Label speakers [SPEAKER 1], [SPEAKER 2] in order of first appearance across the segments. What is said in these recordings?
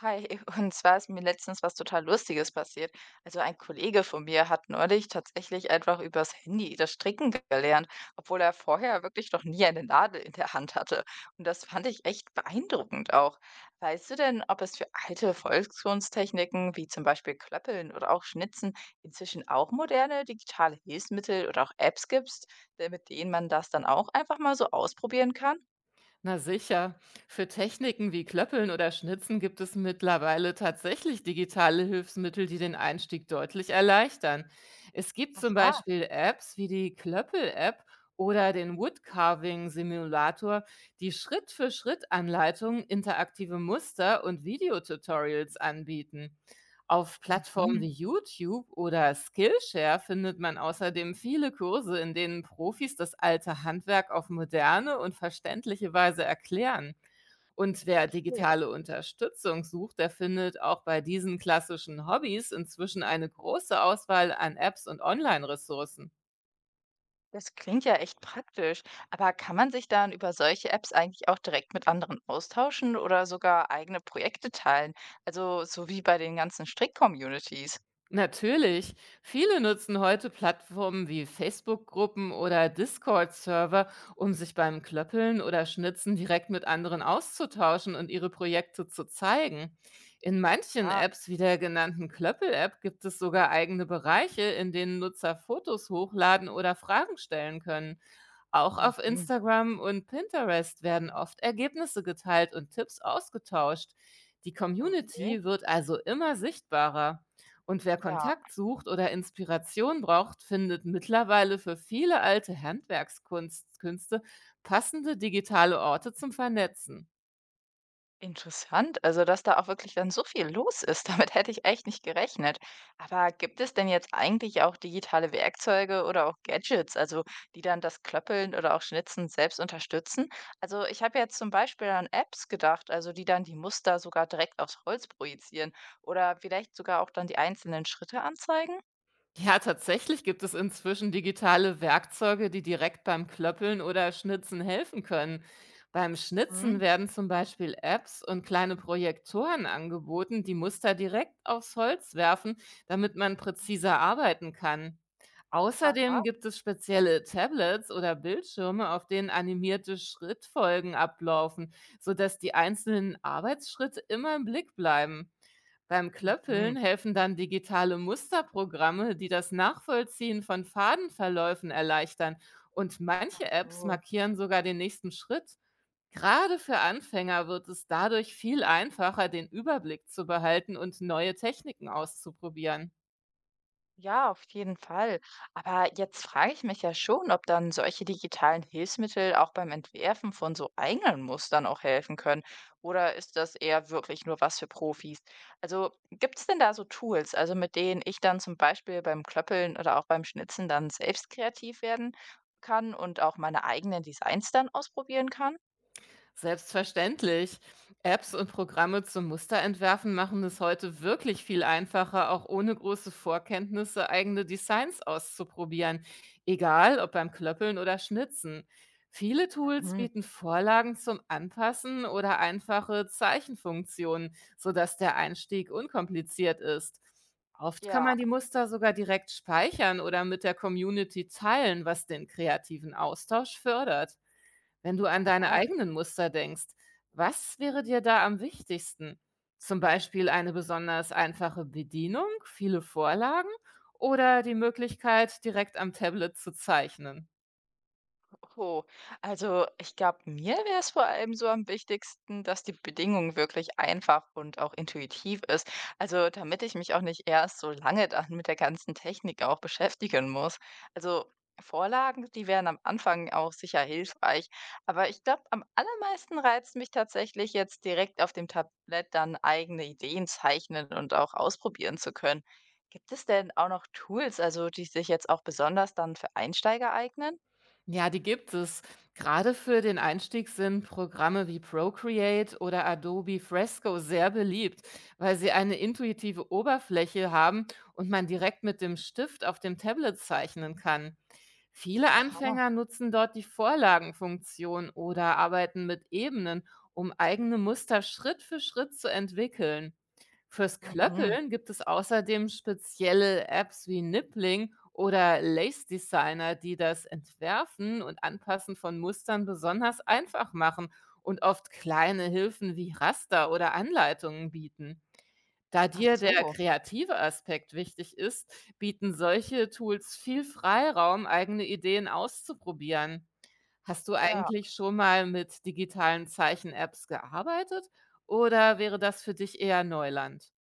[SPEAKER 1] Hi, und zwar ist mir letztens was total Lustiges passiert. Also ein Kollege von mir hat neulich tatsächlich einfach übers Handy das Stricken gelernt, obwohl er vorher wirklich noch nie eine Nadel in der Hand hatte. Und das fand ich echt beeindruckend auch. Weißt du denn, ob es für alte Volkskunsttechniken wie zum Beispiel Klöppeln oder auch Schnitzen inzwischen auch moderne digitale Hilfsmittel oder auch Apps gibt, mit denen man das dann auch einfach mal so ausprobieren kann?
[SPEAKER 2] Na sicher, für Techniken wie Klöppeln oder Schnitzen gibt es mittlerweile tatsächlich digitale Hilfsmittel, die den Einstieg deutlich erleichtern. Es gibt zum
[SPEAKER 1] Aha.
[SPEAKER 2] Beispiel Apps wie die Klöppel-App oder den Woodcarving-Simulator, die Schritt-für-Schritt-Anleitungen, interaktive Muster und Videotutorials anbieten. Auf Plattformen
[SPEAKER 1] Mhm.
[SPEAKER 2] wie YouTube oder Skillshare findet man außerdem viele Kurse, in denen Profis das alte Handwerk auf moderne und verständliche Weise erklären. Und wer
[SPEAKER 1] Okay.
[SPEAKER 2] digitale Unterstützung sucht, der findet auch bei diesen klassischen Hobbys inzwischen eine große Auswahl an Apps und Online-Ressourcen.
[SPEAKER 1] Das klingt ja echt praktisch. Aber kann man sich dann über solche Apps eigentlich auch direkt mit anderen austauschen oder sogar eigene Projekte teilen? Also so wie bei den ganzen Strick-Communities.
[SPEAKER 2] Natürlich. Viele nutzen heute Plattformen wie Facebook-Gruppen oder Discord-Server, um sich beim Klöppeln oder Schnitzen direkt mit anderen auszutauschen und ihre Projekte zu zeigen. In manchen
[SPEAKER 1] Ah.
[SPEAKER 2] Apps wie der genannten Klöppel-App gibt es sogar eigene Bereiche, in denen Nutzer Fotos hochladen oder Fragen stellen können. Auch auf
[SPEAKER 1] Mhm.
[SPEAKER 2] Instagram und Pinterest werden oft Ergebnisse geteilt und Tipps ausgetauscht. Die
[SPEAKER 1] Okay.
[SPEAKER 2] Community wird also immer sichtbarer. Und wer
[SPEAKER 1] Ja.
[SPEAKER 2] Kontakt sucht oder Inspiration braucht, findet mittlerweile für viele alte Handwerkskünste passende digitale Orte zum Vernetzen.
[SPEAKER 1] Interessant, also dass da auch wirklich dann so viel los ist. Damit hätte ich echt nicht gerechnet. Aber gibt es denn jetzt eigentlich auch digitale Werkzeuge oder auch Gadgets, also die dann das Klöppeln oder auch Schnitzen selbst unterstützen? Also ich habe jetzt zum Beispiel an Apps gedacht, also die dann die Muster sogar direkt aufs Holz projizieren oder vielleicht sogar auch dann die einzelnen Schritte anzeigen?
[SPEAKER 2] Ja, tatsächlich gibt es inzwischen digitale Werkzeuge, die direkt beim Klöppeln oder Schnitzen helfen können. Beim Schnitzen
[SPEAKER 1] Mhm.
[SPEAKER 2] werden zum Beispiel Apps und kleine Projektoren angeboten, die Muster direkt aufs Holz werfen, damit man präziser arbeiten kann.
[SPEAKER 1] Aha.
[SPEAKER 2] Außerdem gibt es spezielle Tablets oder Bildschirme, auf denen animierte Schrittfolgen ablaufen, sodass die einzelnen Arbeitsschritte immer im Blick bleiben. Beim Klöppeln
[SPEAKER 1] Mhm.
[SPEAKER 2] helfen dann digitale Musterprogramme, die das Nachvollziehen von Fadenverläufen erleichtern. Und manche Apps
[SPEAKER 1] So.
[SPEAKER 2] markieren sogar den nächsten Schritt. Gerade für Anfänger wird es dadurch viel einfacher, den Überblick zu behalten und neue Techniken auszuprobieren.
[SPEAKER 1] Ja, auf jeden Fall. Aber jetzt frage ich mich ja schon, ob dann solche digitalen Hilfsmittel auch beim Entwerfen von so eigenen Mustern auch helfen können. Oder ist das eher wirklich nur was für Profis? Also gibt es denn da so Tools, also mit denen ich dann zum Beispiel beim Klöppeln oder auch beim Schnitzen dann selbst kreativ werden kann und auch meine eigenen Designs dann ausprobieren kann?
[SPEAKER 2] Selbstverständlich. Apps und Programme zum Musterentwerfen machen es heute wirklich viel einfacher, auch ohne große Vorkenntnisse eigene Designs auszuprobieren, egal ob beim Klöppeln oder Schnitzen. Viele Tools
[SPEAKER 1] Mhm.
[SPEAKER 2] bieten Vorlagen zum Anpassen oder einfache Zeichenfunktionen, sodass der Einstieg unkompliziert ist. Oft kann
[SPEAKER 1] Ja.
[SPEAKER 2] man die Muster sogar direkt speichern oder mit der Community teilen, was den kreativen Austausch fördert. Wenn du an deine eigenen Muster denkst, was wäre dir da am wichtigsten? Zum Beispiel eine besonders einfache Bedienung, viele Vorlagen oder die Möglichkeit, direkt am Tablet zu zeichnen?
[SPEAKER 1] Oh, also ich glaube, mir wäre es vor allem so am wichtigsten, dass die Bedingung wirklich einfach und auch intuitiv ist. Also damit ich mich auch nicht erst so lange dann mit der ganzen Technik auch beschäftigen muss. Also Vorlagen, die wären am Anfang auch sicher hilfreich. Aber ich glaube, am allermeisten reizt mich tatsächlich jetzt direkt auf dem Tablett dann eigene Ideen zeichnen und auch ausprobieren zu können. Gibt es denn auch noch Tools, also die sich jetzt auch besonders dann für Einsteiger eignen?
[SPEAKER 2] Ja, die gibt es. Gerade für den Einstieg sind Programme wie Procreate oder Adobe Fresco sehr beliebt, weil sie eine intuitive Oberfläche haben und man direkt mit dem Stift auf dem Tablet zeichnen kann. Viele
[SPEAKER 1] Aha.
[SPEAKER 2] Anfänger nutzen dort die Vorlagenfunktion oder arbeiten mit Ebenen, um eigene Muster Schritt für Schritt zu entwickeln. Fürs
[SPEAKER 1] Mhm.
[SPEAKER 2] Klöppeln gibt es außerdem spezielle Apps wie Nippling oder Lace Designer, die das Entwerfen und Anpassen von Mustern besonders einfach machen und oft kleine Hilfen wie Raster oder Anleitungen bieten. Da
[SPEAKER 1] Ach
[SPEAKER 2] dir der
[SPEAKER 1] so,
[SPEAKER 2] kreative Aspekt wichtig ist, bieten solche Tools viel Freiraum, eigene Ideen auszuprobieren. Hast du
[SPEAKER 1] ja.
[SPEAKER 2] eigentlich schon mal mit digitalen Zeichen-Apps gearbeitet oder wäre das für dich eher Neuland?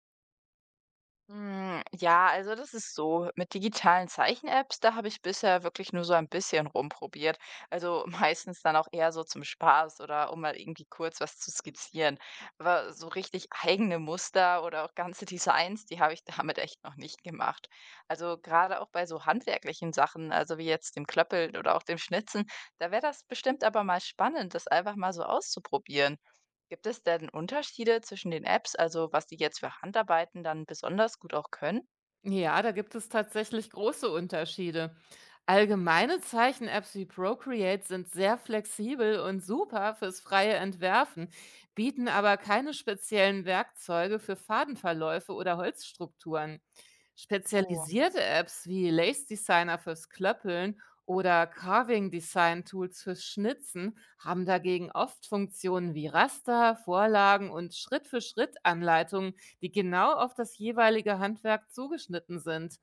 [SPEAKER 1] Hm, ja, also das ist so, mit digitalen Zeichen-Apps, da habe ich bisher wirklich nur so ein bisschen rumprobiert. Also meistens dann auch eher so zum Spaß oder um mal irgendwie kurz was zu skizzieren. Aber so richtig eigene Muster oder auch ganze Designs, die habe ich damit echt noch nicht gemacht. Also gerade auch bei so handwerklichen Sachen, also wie jetzt dem Klöppeln oder auch dem Schnitzen, da wäre das bestimmt aber mal spannend, das einfach mal so auszuprobieren. Gibt es denn Unterschiede zwischen den Apps, also was die jetzt für Handarbeiten dann besonders gut auch können?
[SPEAKER 2] Ja, da gibt es tatsächlich große Unterschiede. Allgemeine Zeichen-Apps wie Procreate sind sehr flexibel und super fürs freie Entwerfen, bieten aber keine speziellen Werkzeuge für Fadenverläufe oder Holzstrukturen.
[SPEAKER 1] Oh.
[SPEAKER 2] Spezialisierte Apps wie Lace Designer fürs Klöppeln oder Carving Design Tools fürs Schnitzen haben dagegen oft Funktionen wie Raster, Vorlagen und Schritt-für-Schritt-Anleitungen, die genau auf das jeweilige Handwerk zugeschnitten sind.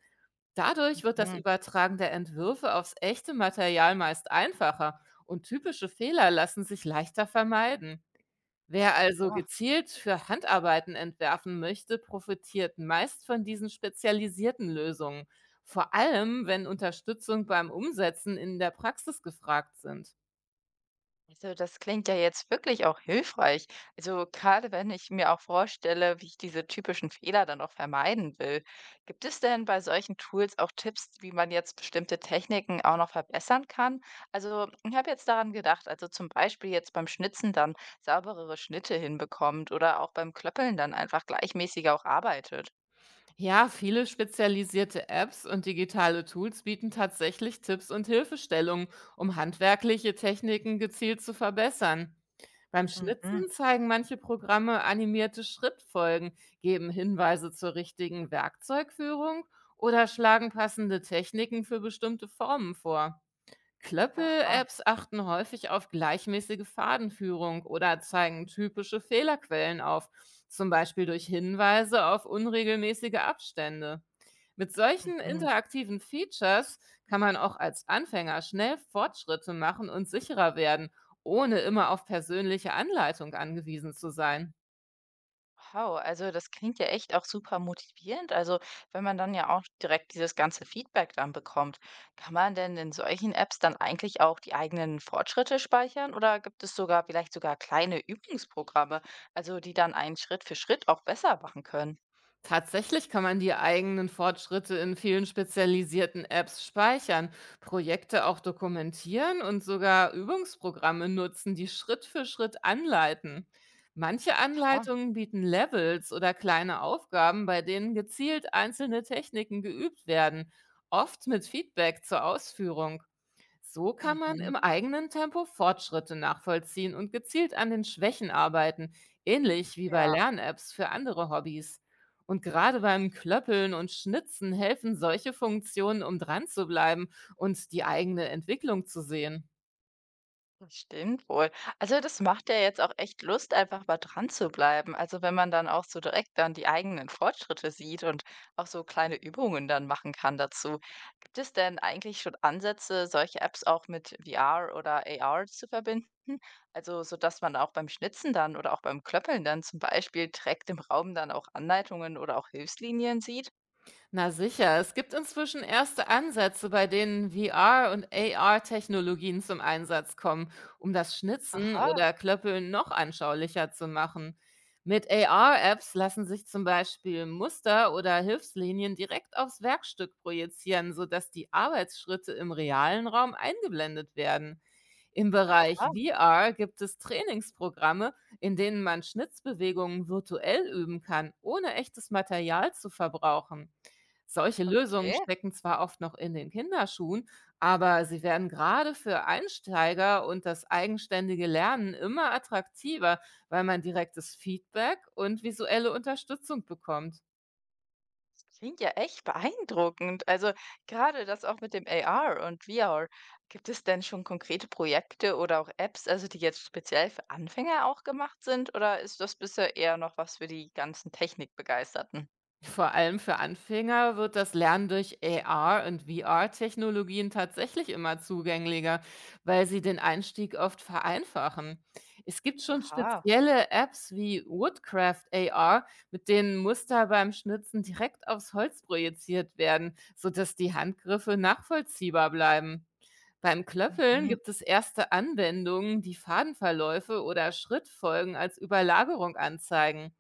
[SPEAKER 2] Dadurch wird das
[SPEAKER 1] Hm.
[SPEAKER 2] Übertragen der Entwürfe aufs echte Material meist einfacher und typische Fehler lassen sich leichter vermeiden. Wer also
[SPEAKER 1] Aha.
[SPEAKER 2] gezielt für Handarbeiten entwerfen möchte, profitiert meist von diesen spezialisierten Lösungen, vor allem wenn Unterstützung beim Umsetzen in der Praxis gefragt sind.
[SPEAKER 1] Also das klingt ja jetzt wirklich auch hilfreich. Also gerade wenn ich mir auch vorstelle, wie ich diese typischen Fehler dann auch vermeiden will. Gibt es denn bei solchen Tools auch Tipps, wie man jetzt bestimmte Techniken auch noch verbessern kann? Also ich habe jetzt daran gedacht, also zum Beispiel jetzt beim Schnitzen dann sauberere Schnitte hinbekommt oder auch beim Klöppeln dann einfach gleichmäßiger auch arbeitet.
[SPEAKER 2] Ja, viele spezialisierte Apps und digitale Tools bieten tatsächlich Tipps und Hilfestellungen, um handwerkliche Techniken gezielt zu verbessern. Beim
[SPEAKER 1] Mhm.
[SPEAKER 2] Schnitzen zeigen manche Programme animierte Schrittfolgen, geben Hinweise zur richtigen Werkzeugführung oder schlagen passende Techniken für bestimmte Formen vor.
[SPEAKER 1] Aha,
[SPEAKER 2] Klöppel-Apps achten häufig auf gleichmäßige Fadenführung oder zeigen typische Fehlerquellen auf, zum Beispiel durch Hinweise auf unregelmäßige Abstände. Mit solchen
[SPEAKER 1] mhm.
[SPEAKER 2] interaktiven Features kann man auch als Anfänger schnell Fortschritte machen und sicherer werden, ohne immer auf persönliche Anleitung angewiesen zu sein.
[SPEAKER 1] Wow, also das klingt ja echt auch super motivierend. Also wenn man dann ja auch direkt dieses ganze Feedback dann bekommt, kann man denn in solchen Apps dann eigentlich auch die eigenen Fortschritte speichern oder gibt es sogar vielleicht sogar kleine Übungsprogramme, also die dann einen Schritt für Schritt auch besser machen können?
[SPEAKER 2] Tatsächlich kann man die eigenen Fortschritte in vielen spezialisierten Apps speichern, Projekte auch dokumentieren und sogar Übungsprogramme nutzen, die Schritt für Schritt anleiten. Manche
[SPEAKER 1] Aha,
[SPEAKER 2] Anleitungen bieten Levels oder kleine Aufgaben, bei denen gezielt einzelne Techniken geübt werden, oft mit Feedback zur Ausführung. So kann man
[SPEAKER 1] mhm.
[SPEAKER 2] im eigenen Tempo Fortschritte nachvollziehen und gezielt an den Schwächen arbeiten, ähnlich wie bei
[SPEAKER 1] Ja.
[SPEAKER 2] Lern-Apps für andere Hobbys. Und gerade beim Klöppeln und Schnitzen helfen solche Funktionen, um dran zu bleiben und die eigene Entwicklung zu sehen.
[SPEAKER 1] Das stimmt wohl. Also das macht ja jetzt auch echt Lust, einfach mal dran zu bleiben. Also wenn man dann auch so direkt dann die eigenen Fortschritte sieht und auch so kleine Übungen dann machen kann dazu. Gibt es denn eigentlich schon Ansätze, solche Apps auch mit VR oder AR zu verbinden? Also so dass man auch beim Schnitzen dann oder auch beim Klöppeln dann zum Beispiel direkt im Raum dann auch Anleitungen oder auch Hilfslinien sieht?
[SPEAKER 2] Na sicher, es gibt inzwischen erste Ansätze, bei denen VR- und AR-Technologien zum Einsatz kommen, um das Schnitzen
[SPEAKER 1] Aha,
[SPEAKER 2] oder Klöppeln noch anschaulicher zu machen. Mit AR-Apps lassen sich zum Beispiel Muster oder Hilfslinien direkt aufs Werkstück projizieren, sodass die Arbeitsschritte im realen Raum eingeblendet werden. Im
[SPEAKER 1] aha,
[SPEAKER 2] Bereich VR gibt es Trainingsprogramme, in denen man Schnitzbewegungen virtuell üben kann, ohne echtes Material zu verbrauchen. Solche Lösungen
[SPEAKER 1] okay.
[SPEAKER 2] stecken zwar oft noch in den Kinderschuhen, aber sie werden gerade für Einsteiger und das eigenständige Lernen immer attraktiver, weil man direktes Feedback und visuelle Unterstützung bekommt.
[SPEAKER 1] Das klingt ja echt beeindruckend. Also gerade das auch mit dem AR und VR. Gibt es denn schon konkrete Projekte oder auch Apps, also die jetzt speziell für Anfänger auch gemacht sind? Oder ist das bisher eher noch was für die ganzen Technikbegeisterten?
[SPEAKER 2] Vor allem für Anfänger wird das Lernen durch AR und VR-Technologien tatsächlich immer zugänglicher, weil sie den Einstieg oft vereinfachen. Es gibt schon
[SPEAKER 1] Aha.
[SPEAKER 2] spezielle Apps wie Woodcraft AR, mit denen Muster beim Schnitzen direkt aufs Holz projiziert werden, sodass die Handgriffe nachvollziehbar bleiben. Beim Klöppeln
[SPEAKER 1] Mhm.
[SPEAKER 2] gibt es erste Anwendungen, die Fadenverläufe oder Schrittfolgen als Überlagerung anzeigen.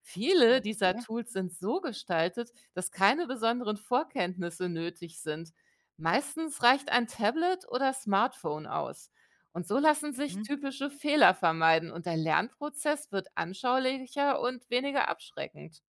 [SPEAKER 2] Viele dieser
[SPEAKER 1] Okay.
[SPEAKER 2] Tools sind so gestaltet, dass keine besonderen Vorkenntnisse nötig sind. Meistens reicht ein Tablet oder Smartphone aus. Und so lassen sich
[SPEAKER 1] Mhm.
[SPEAKER 2] typische Fehler vermeiden und der Lernprozess wird anschaulicher und weniger abschreckend.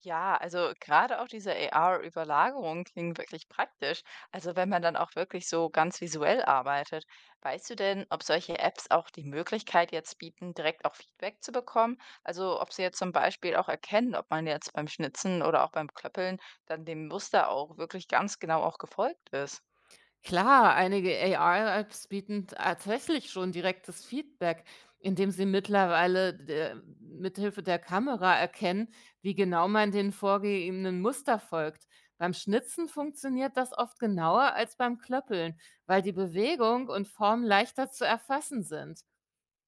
[SPEAKER 1] Ja, also gerade auch diese AR-Überlagerung klingt wirklich praktisch. Also wenn man dann auch wirklich so ganz visuell arbeitet. Weißt du denn, ob solche Apps auch die Möglichkeit jetzt bieten, direkt auch Feedback zu bekommen? Also ob sie jetzt zum Beispiel auch erkennen, ob man jetzt beim Schnitzen oder auch beim Klöppeln dann dem Muster auch wirklich ganz genau auch gefolgt ist.
[SPEAKER 2] Klar, einige AI-Apps bieten tatsächlich schon direktes Feedback, indem sie mittlerweile mithilfe der Kamera erkennen, wie genau man den vorgegebenen Muster folgt. Beim Schnitzen funktioniert das oft genauer als beim Klöppeln, weil die Bewegung und Form leichter zu erfassen sind.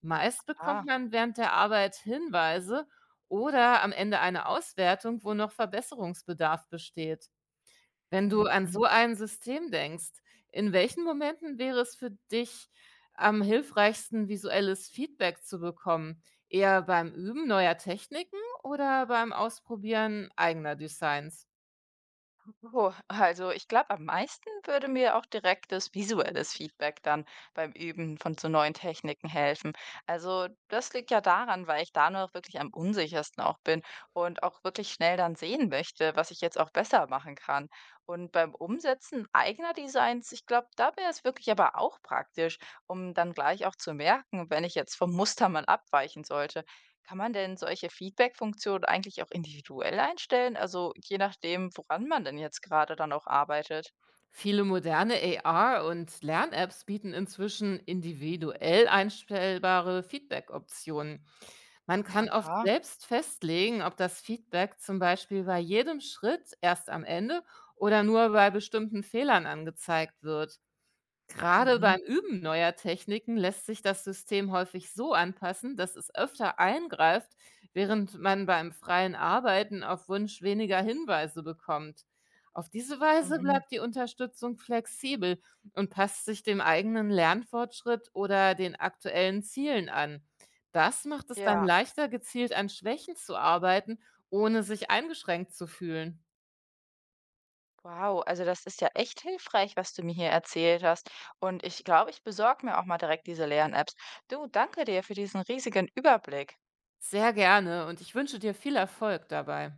[SPEAKER 2] Meist bekommt
[SPEAKER 1] Ah.
[SPEAKER 2] man während der Arbeit Hinweise oder am Ende eine Auswertung, wo noch Verbesserungsbedarf besteht. Wenn du an
[SPEAKER 1] Mhm.
[SPEAKER 2] so ein System denkst, in welchen Momenten wäre es für dich am hilfreichsten, visuelles Feedback zu bekommen? Eher beim Üben neuer Techniken oder beim Ausprobieren eigener Designs?
[SPEAKER 1] Oh, also ich glaube, am meisten würde mir auch direktes visuelles Feedback dann beim Üben von so neuen Techniken helfen. Also das liegt ja daran, weil ich da noch wirklich am unsichersten auch bin und auch wirklich schnell dann sehen möchte, was ich jetzt auch besser machen kann. Und beim Umsetzen eigener Designs, ich glaube, da wäre es wirklich aber auch praktisch, um dann gleich auch zu merken, wenn ich jetzt vom Muster mal abweichen sollte. Kann man denn solche Feedback-Funktionen eigentlich auch individuell einstellen? Also je nachdem, woran man denn jetzt gerade dann auch arbeitet.
[SPEAKER 2] Viele moderne AR und Lern-Apps bieten inzwischen individuell einstellbare Feedback-Optionen. Man kann oft
[SPEAKER 1] Aha,
[SPEAKER 2] selbst festlegen, ob das Feedback zum Beispiel bei jedem Schritt erst am Ende oder nur bei bestimmten Fehlern angezeigt wird. Gerade
[SPEAKER 1] mhm,
[SPEAKER 2] beim Üben neuer Techniken lässt sich das System häufig so anpassen, dass es öfter eingreift, während man beim freien Arbeiten auf Wunsch weniger Hinweise bekommt. Auf diese Weise
[SPEAKER 1] mhm.
[SPEAKER 2] bleibt die Unterstützung flexibel und passt sich dem eigenen Lernfortschritt oder den aktuellen Zielen an. Das macht es dann
[SPEAKER 1] Ja,
[SPEAKER 2] leichter, gezielt an Schwächen zu arbeiten, ohne sich eingeschränkt zu fühlen.
[SPEAKER 1] wow. Also das ist ja echt hilfreich, was du mir hier erzählt hast. Und ich glaube, ich besorge mir auch mal direkt diese Lern-Apps. Du, danke dir für diesen riesigen Überblick.
[SPEAKER 2] Sehr gerne und ich wünsche dir viel Erfolg dabei.